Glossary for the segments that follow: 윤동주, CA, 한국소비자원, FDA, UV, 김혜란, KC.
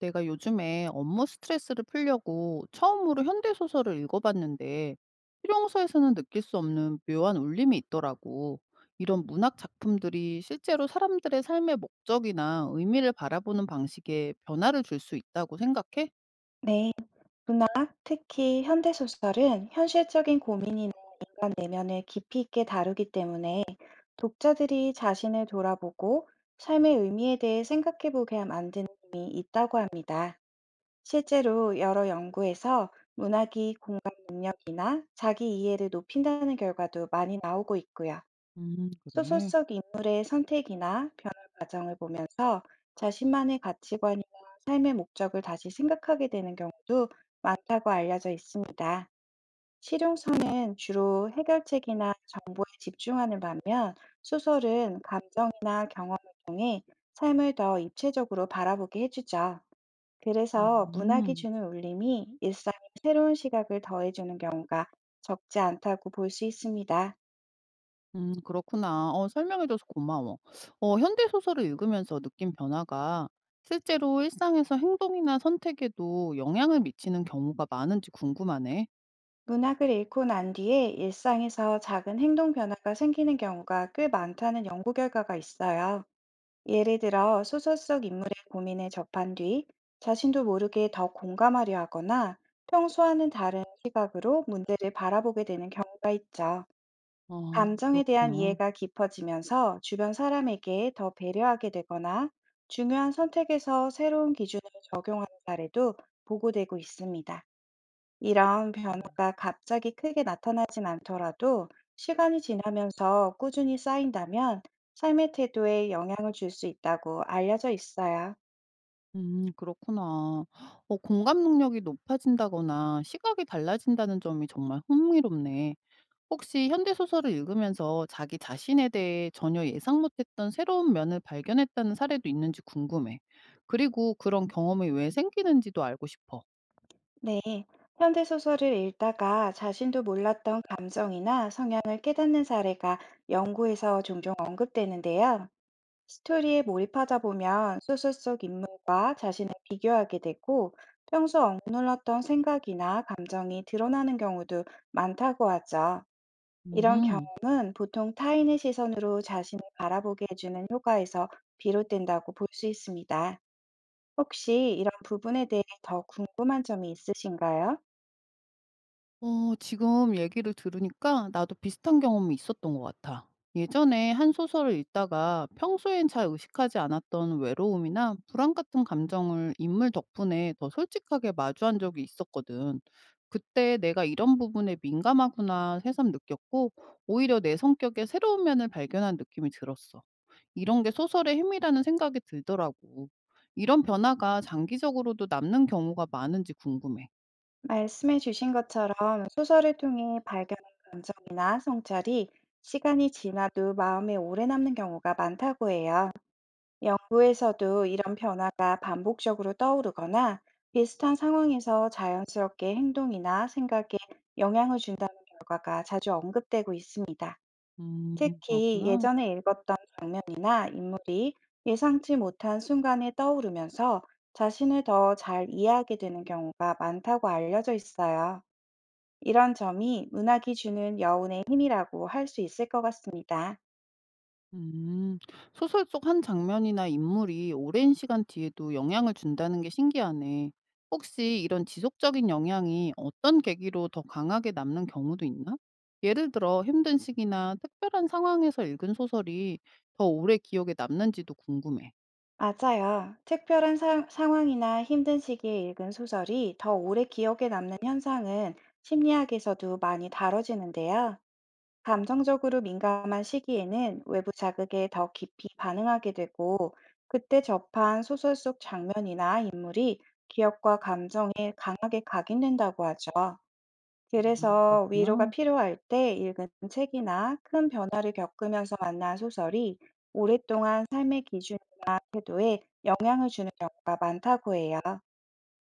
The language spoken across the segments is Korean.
내가 요즘에 업무 스트레스를 풀려고 처음으로 현대소설을 읽어봤는데, 실용서에서는 느낄 수 없는 묘한 울림이 있더라고. 이런 문학 작품들이 실제로 사람들의 삶의 목적이나 의미를 바라보는 방식에 변화를 줄 수 있다고 생각해? 네, 문학, 특히 현대 소설은 현실적인 고민이나 인간 내면을 깊이 있게 다루기 때문에 독자들이 자신을 돌아보고 삶의 의미에 대해 생각해 보게 만드는 힘이 있다고 합니다. 실제로 여러 연구에서 문학이 공감 능력이나 자기 이해를 높인다는 결과도 많이 나오고 있고요. 소설 그래. 속 인물의 선택이나 변화 과정을 보면서 자신만의 가치관이나 삶의 목적을 다시 생각하게 되는 경우도 많다고 알려져 있습니다. 실용성은 주로 해결책이나 정보에 집중하는 반면, 소설은 감정이나 경험을 통해 삶을 더 입체적으로 바라보게 해주죠. 그래서 문학이 음, 주는 울림이 일상의 새로운 시각을 더해주는 경우가 적지 않다고 볼 수 있습니다. 그렇구나. 어, 설명해줘서 고마워. 어, 현대소설을 읽으면서 느낀 변화가 실제로 일상에서 행동이나 선택에도 영향을 미치는 경우가 많은지 궁금하네. 문학을 읽고 난 뒤에 일상에서 작은 행동 변화가 생기는 경우가 꽤 많다는 연구 결과가 있어요. 예를 들어, 소설 속 인물의 고민에 접한 뒤 자신도 모르게 더 공감하려 하거나 평소와는 다른 시각으로 문제를 바라보게 되는 경우가 있죠. 아, 감정에 대한 그렇구나. 이해가 깊어지면서 주변 사람에게 더 배려하게 되거나, 중요한 선택에서 새로운 기준을 적용하는 사례도 보고되고 있습니다. 이런 변화가 갑자기 크게 나타나진 않더라도 시간이 지나면서 꾸준히 쌓인다면 삶의 태도에 영향을 줄 수 있다고 알려져 있어요. 그렇구나. 어, 공감 능력이 높아진다거나 시각이 달라진다는 점이 정말 흥미롭네. 혹시 현대 소설을 읽으면서 자기 자신에 대해 전혀 예상 못했던 새로운 면을 발견했다는 사례도 있는지 궁금해. 그리고 그런 경험이 왜 생기는지도 알고 싶어. 네. 현대소설을 읽다가 자신도 몰랐던 감정이나 성향을 깨닫는 사례가 연구에서 종종 언급되는데요. 스토리에 몰입하다 보면 소설 속 인물과 자신을 비교하게 되고, 평소 억눌렀던 생각이나 감정이 드러나는 경우도 많다고 하죠. 이런 음 경험은 보통 타인의 시선으로 자신을 바라보게 해주는 효과에서 비롯된다고 볼 수 있습니다. 혹시 이런 부분에 대해 더 궁금한 점이 있으신가요? 어, 지금 얘기를 들으니까 나도 비슷한 경험이 있었던 것 같아. 예전에 한 소설을 읽다가 평소엔 잘 의식하지 않았던 외로움이나 불안 같은 감정을 인물 덕분에 더 솔직하게 마주한 적이 있었거든. 그때 내가 이런 부분에 민감하구나 새삼 느꼈고, 오히려 내 성격의 새로운 면을 발견한 느낌이 들었어. 이런 게 소설의 힘이라는 생각이 들더라고. 이런 변화가 장기적으로도 남는 경우가 많은지 궁금해. 말씀해 주신 것처럼, 소설을 통해 발견한 감정이나 성찰이 시간이 지나도 마음에 오래 남는 경우가 많다고 해요. 연구에서도 이런 변화가 반복적으로 떠오르거나 비슷한 상황에서 자연스럽게 행동이나 생각에 영향을 준답니다. 특히 그렇구나. 예전에 읽었던 장면이나 인물이 예상치 못한 순간에 떠오르면서 자신을 더 잘 이해하게 되는 경우가 많다고 알려져 있어요. 이런 점이 문학이 주는 여운의 힘이라고 할 수 있을 것 같습니다. 음. 소설 속 한 장면이나 인물이 오랜 시간 뒤에도 영향을 준다는 게 신기하네. 혹시 이런 지속적인 영향이 어떤 계기로 더 강하게 남는 경우도 있나? 예를 들어 힘든 시기나 특별한 상황에서 읽은 소설이 더 오래 기억에 남는지도 궁금해. 맞아요. 특별한 상황이나 힘든 시기에 읽은 소설이 더 오래 기억에 남는 현상은 심리학에서도 많이 다뤄지는데요. 감정적으로 민감한 시기에는 외부 자극에 더 깊이 반응하게 되고, 그때 접한 소설 속 장면이나 인물이 기억과 감정에 강하게 각인된다고 하죠. 아, 그래서 위로가 그렇구나. 필요할 때 읽은 책이나 큰 변화를 겪으면서 만난 소설이 오랫동안 삶의 기준이나 태도에 영향을 주는 경우가 많다고 해요.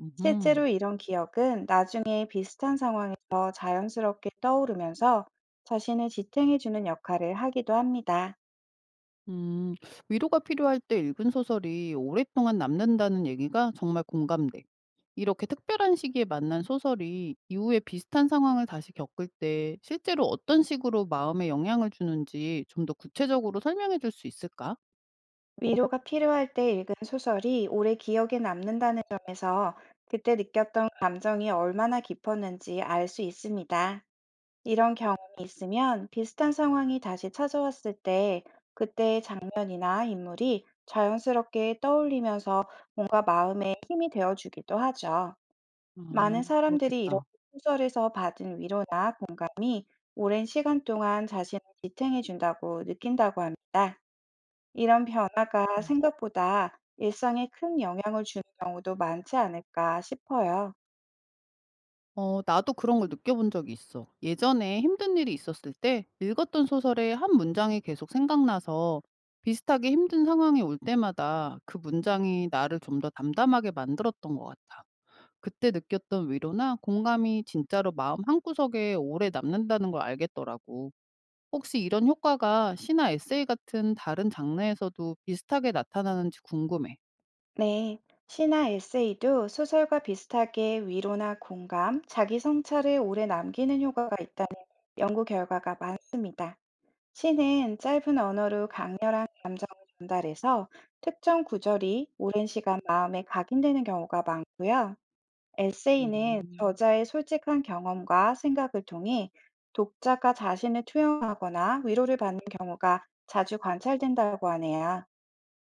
음 실제로 이런 기억은 나중에 비슷한 상황에서 자연스럽게 떠오르면서 자신을 지탱해주는 역할을 하기도 합니다. 음, 위로가 필요할 때 읽은 소설이 오랫동안 남는다는 얘기가 정말 공감돼. 이렇게 특별한 시기에 만난 소설이 이후에 비슷한 상황을 다시 겪을 때 실제로 어떤 식으로 마음에 영향을 주는지 좀 더 구체적으로 설명해 줄 수 있을까? 위로가 필요할 때 읽은 소설이 오래 기억에 남는다는 점에서 그때 느꼈던 감정이 얼마나 깊었는지 알 수 있습니다. 이런 경험이 있으면 비슷한 상황이 다시 찾아왔을 때 그때의 장면이나 인물이 자연스럽게 떠올리면서 뭔가 마음에 힘이 되어주기도 하죠. 아, 많은 사람들이 그렇겠다. 이렇게 소설에서 받은 오랜 시간 동안 자신을 지탱해 준다고 느낀다고 합니다. 이런 변화가 음. 생각보다 일상에 큰 영향을 주는 경우도 많지 않을까 싶어요. 어, 나도 그런 걸 느껴본 적이 있어. 예전에 힘든 일이 있었을 때 읽었던 소설의 한 문장이 계속 생각나서 비슷하게 힘든 상황이 올 때마다 그 문장이 나를 좀 더 담담하게 만들었던 것 같아. 그때 느꼈던 위로나 공감이 진짜로 마음 한구석에 오래 남는다는 걸 알겠더라고. 혹시 이런 효과가 시나 에세이 같은 다른 장르에서도 비슷하게 나타나는지 궁금해. 네. 시나 에세이도 소설과 비슷하게 위로나 공감, 자기 성찰을 오래 남기는 효과가 있다는 연구 결과가 많습니다. 시는 짧은 언어로 강렬한 감정을 전달해서 특정 구절이 오랜 시간 마음에 각인되는 경우가 많고요. 에세 음, 저자의 솔직한 경험과 생각을 통해 독자가 자신을 투영하거나 위로를 받는 경우가 자주 관찰된다고 하네요.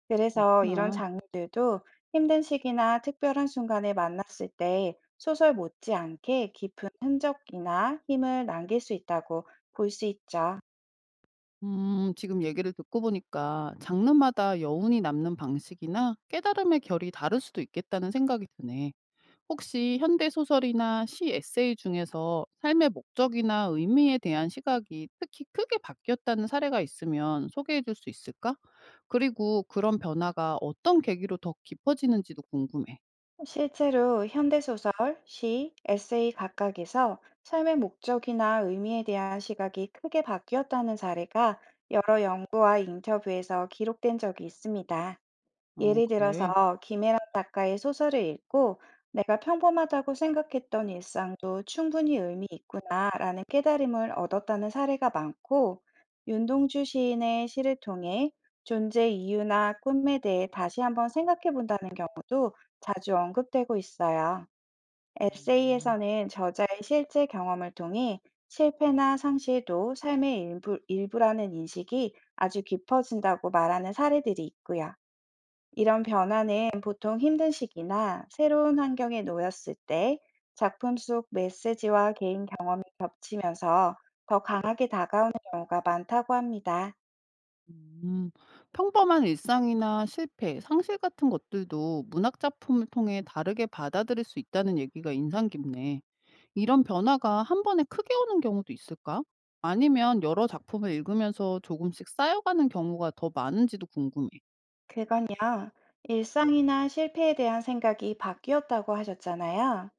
그래서 이런 그렇구나. 장르들도 힘든 시기나 특별한 순간에 만났을 때 소설 못지않게 깊은 흔적이나 힘을 남길 수 있다고 볼 수 있죠. 지금 얘기를 듣고 보니까 장르마다 여운이 남는 방식이나 깨달음의 결이 다를 수도 있겠다는 생각이 드네. 혹시 현대 소설이나 시 에세이 중에서 삶의 목적이나 의미에 대한 시각이 특히 크게 바뀌었다는 사례가 있으면 소개해 줄 수 있을까? 그리고 그런 변화가 어떤 계기로 더 깊어지는지도 궁금해. 실제로 현대소설, 시, 에세이 각각에서 삶의 목적이나 의미에 대한 시각이 크게 바뀌었다는 사례가 여러 연구와 인터뷰에서 기록된 적이 있습니다. 어, 예를 들어서 그래. 김혜란 작가의 소설을 읽고 "내가 평범하다고 생각했던 일상도 충분히 의미 있구나라는 깨달음을 얻었다는 사례가 많고, 윤동주 시인의 시를 통해 존재 이유나 꿈에 대해 다시 한번 생각해 본다는 경우도 자주 언급되고 있어요. 에세이에서는 저자의 실제 경험을 통해 실패나 상실도 삶의 일부라는 인식이 아주 깊어진다고 말하는 사례들이 있고요. 이런 변화는 보통 힘든 시기나 새로운 환경에 놓였을 때 작품 속 메시지와 개인 경험이면서 더 강하게 다가오는 경우가 많다고 합니다. 음, 평범한 일상이나 실패, 상실 같은 것들도 문학 작품을 통해 다르게 받아들일 수 있다는 얘기가 인상 깊네. 이런 변화가 한 번에 크게 오는 경우도 있을까? 아니면 여러 작품을 읽으면서 조금씩 쌓여가는 경우가 더 많은지도 궁금해. 그건요, 일상이나 실패에 대한 생각이 바뀌었다고 하셨잖아요.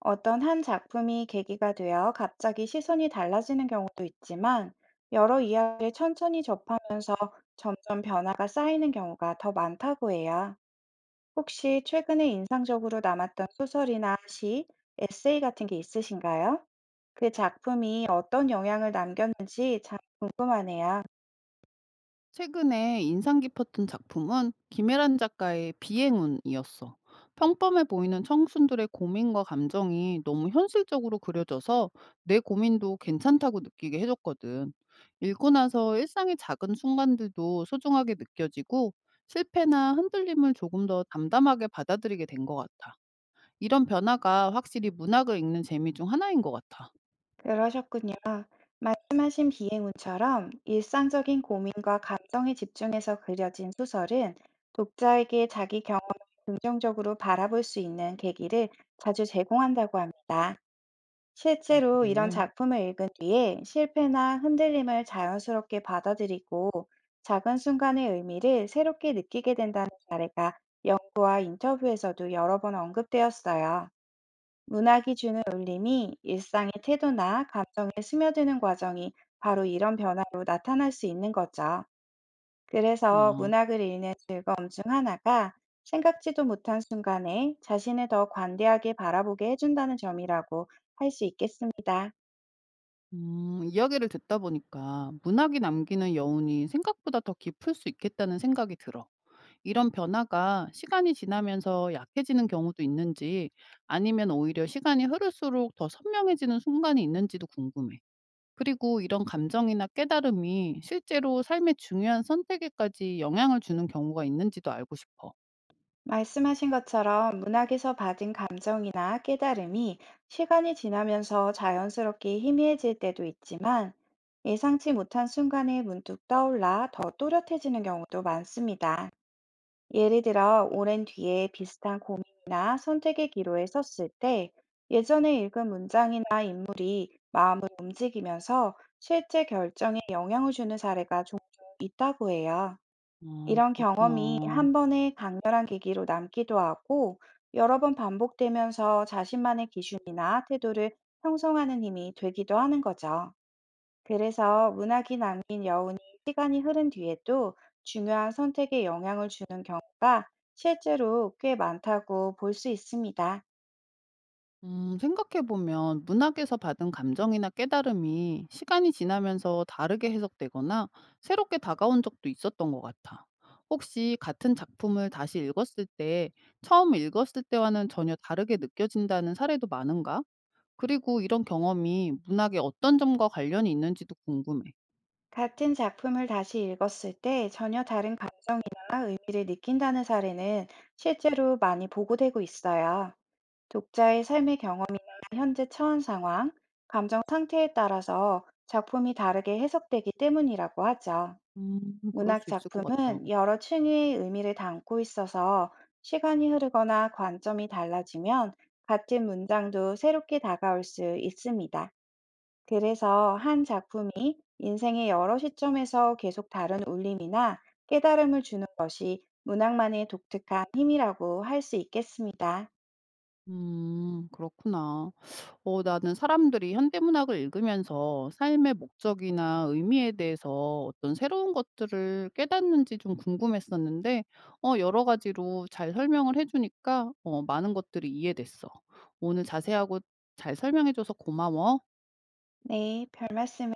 어떤 한 작품이 계기가 되어 갑자기 시선이 달라지는 경우도 있지만, 여러 이야기를 천천히 접하면서 점점 변화가 쌓이는 경우가 더 많다고 해요. 혹시 최근에 인상적으로 남았던 소설이나 시, 에세이 같은 게 있으신가요? 그 작품이 어떤 영향을 남겼는지 참 궁금하네요. 최근에 인상 깊었던 작품은 김혜란 작가의 비행운이었어. 평범해 보이는 청순들의 고민과 감정이 너무 현실적으로 그려져서 내 고민도 괜찮다고 느끼게 해줬거든. 읽고 나서 일상의 작은 순간들도 소중하게 느껴지고 실패나 흔들림을 조금 더 담담하게 받아들이게 된 것 같아. 이런 변화가 확실히 문학을 읽는 재미 중 하나인 것 같아. 그러셨군요. 말씀하신 비행운처럼 일상적인 고민과 감정에 집중해서 그려진 소설은 독자에게 자기 경험을 긍정적으로 바라볼 수 있는 계기를 자주 제공한다고 합니다. 아, 실제로 이런 그래. 작품을 읽은 뒤에 실패나 흔들림을 자연스럽게 받아들이고 작은 순간의 의미를 새롭게 느끼게 된다는 사례가 연구와 인터뷰에서도 여러 번 언급되었어요. 문학이 주는 울림이 일상의 태도나 감정에 스며드는 과정이 바로 이런 변화로 나타날 수 있는 거죠. 그래서 나 문학을 읽는 즐거움 중 하나가 생각지도 못한 순간에 자신을 더 관대하게 바라보게 해준다는 점이라고 할 수 있겠습니다. 이야기를 듣다 보니까 문학이 남기는 여운이 생각보다 더 깊을 수 있겠다는 생각이 들어. 이런 변화가 시간이 지나면서 약해지는 경우도 있는지 아니면 오히려 시간이 흐를수록 더 선명해지는 순간이 있는지도 궁금해. 그리고 이런 감정이나 깨달음이 실제로 삶의 중요한 선택에까지 영향을 주는 경우가 있는지도 알고 싶어. 말씀하신 것처럼 문학에서 받은 감정이나 깨달음이 시간이 지나면서 자연스럽게 희미해질 때도 있지만, 예상치 못한 순간에 문득 떠올라 더 또렷해지는 경우도 많습니다. 예를 들어, 오랜 뒤에 비슷한 고민이나 선택의 기로에 섰을 때 예전에 읽은 문장이나 인물이 마음을 움직이면서 실제 결정에 영향을 주는 사례가 종종 있다고 해요. 아, 이런 경험이 그렇구나. 한 번의 강렬한 계기로 남기도 하고, 여러 번 반복되면서 자신만의 기준이나 태도를 형성하는 힘이 되기도 하는 거죠. 그래서 문학이 남긴 여운이 시간이 흐른 뒤에도 중요한 선택에 영향을 주는 경우가 실제로 꽤 많다고 볼 수 있습니다. 생각해 보면 문학에서 받은 감정이나 깨달음이 시간이 지나면서 다르게 해석되거나 새롭게 다가온 적도 있었던 것 같아. 혹시 같은 작품을 다시 읽었을 때 처음 읽었을 때와는 전혀 다르게 느껴진다는 사례도 많은가? 그리고 이런 경험이 문학의 어떤 점과 관련이 있는지도 궁금해. 같은 작품을 다시 읽었을 때 전혀 다른 감정이나 의미를 느낀다는 사례는 실제로 많이 보고되고 있어요. 독자의 삶의 경험이나 현재 처한 상황, 감정 상태에 따라서 작품이 다르게 해석되기 때문이라고 하죠. 그럴 문학 수 있을 것 같다. 작품은 여러 층의 의미를 담고 있어서 시간이 흐르거나 관점이 달라지면 같은 문장도 새롭게 다가올 수 있습니다. 그래서 한 작품이 인생의 여러 시점에서 계속 다른 울림이나 깨달음을 주는 것이 문학만의 독특한 힘이라고 할 수 있겠습니다. 그렇구나. 어, 나는 사람들이 현대문학을 읽으면서 삶의 목적이나 의미에 대해서 어떤 새로운 것들을 깨닫는지 좀 궁금했었는데 여러 가지로 잘 설명을 해 주니까 많은 것들이 이해됐어. 오늘 자세하고 잘 설명해 줘서 고마워. 네, 별 말씀을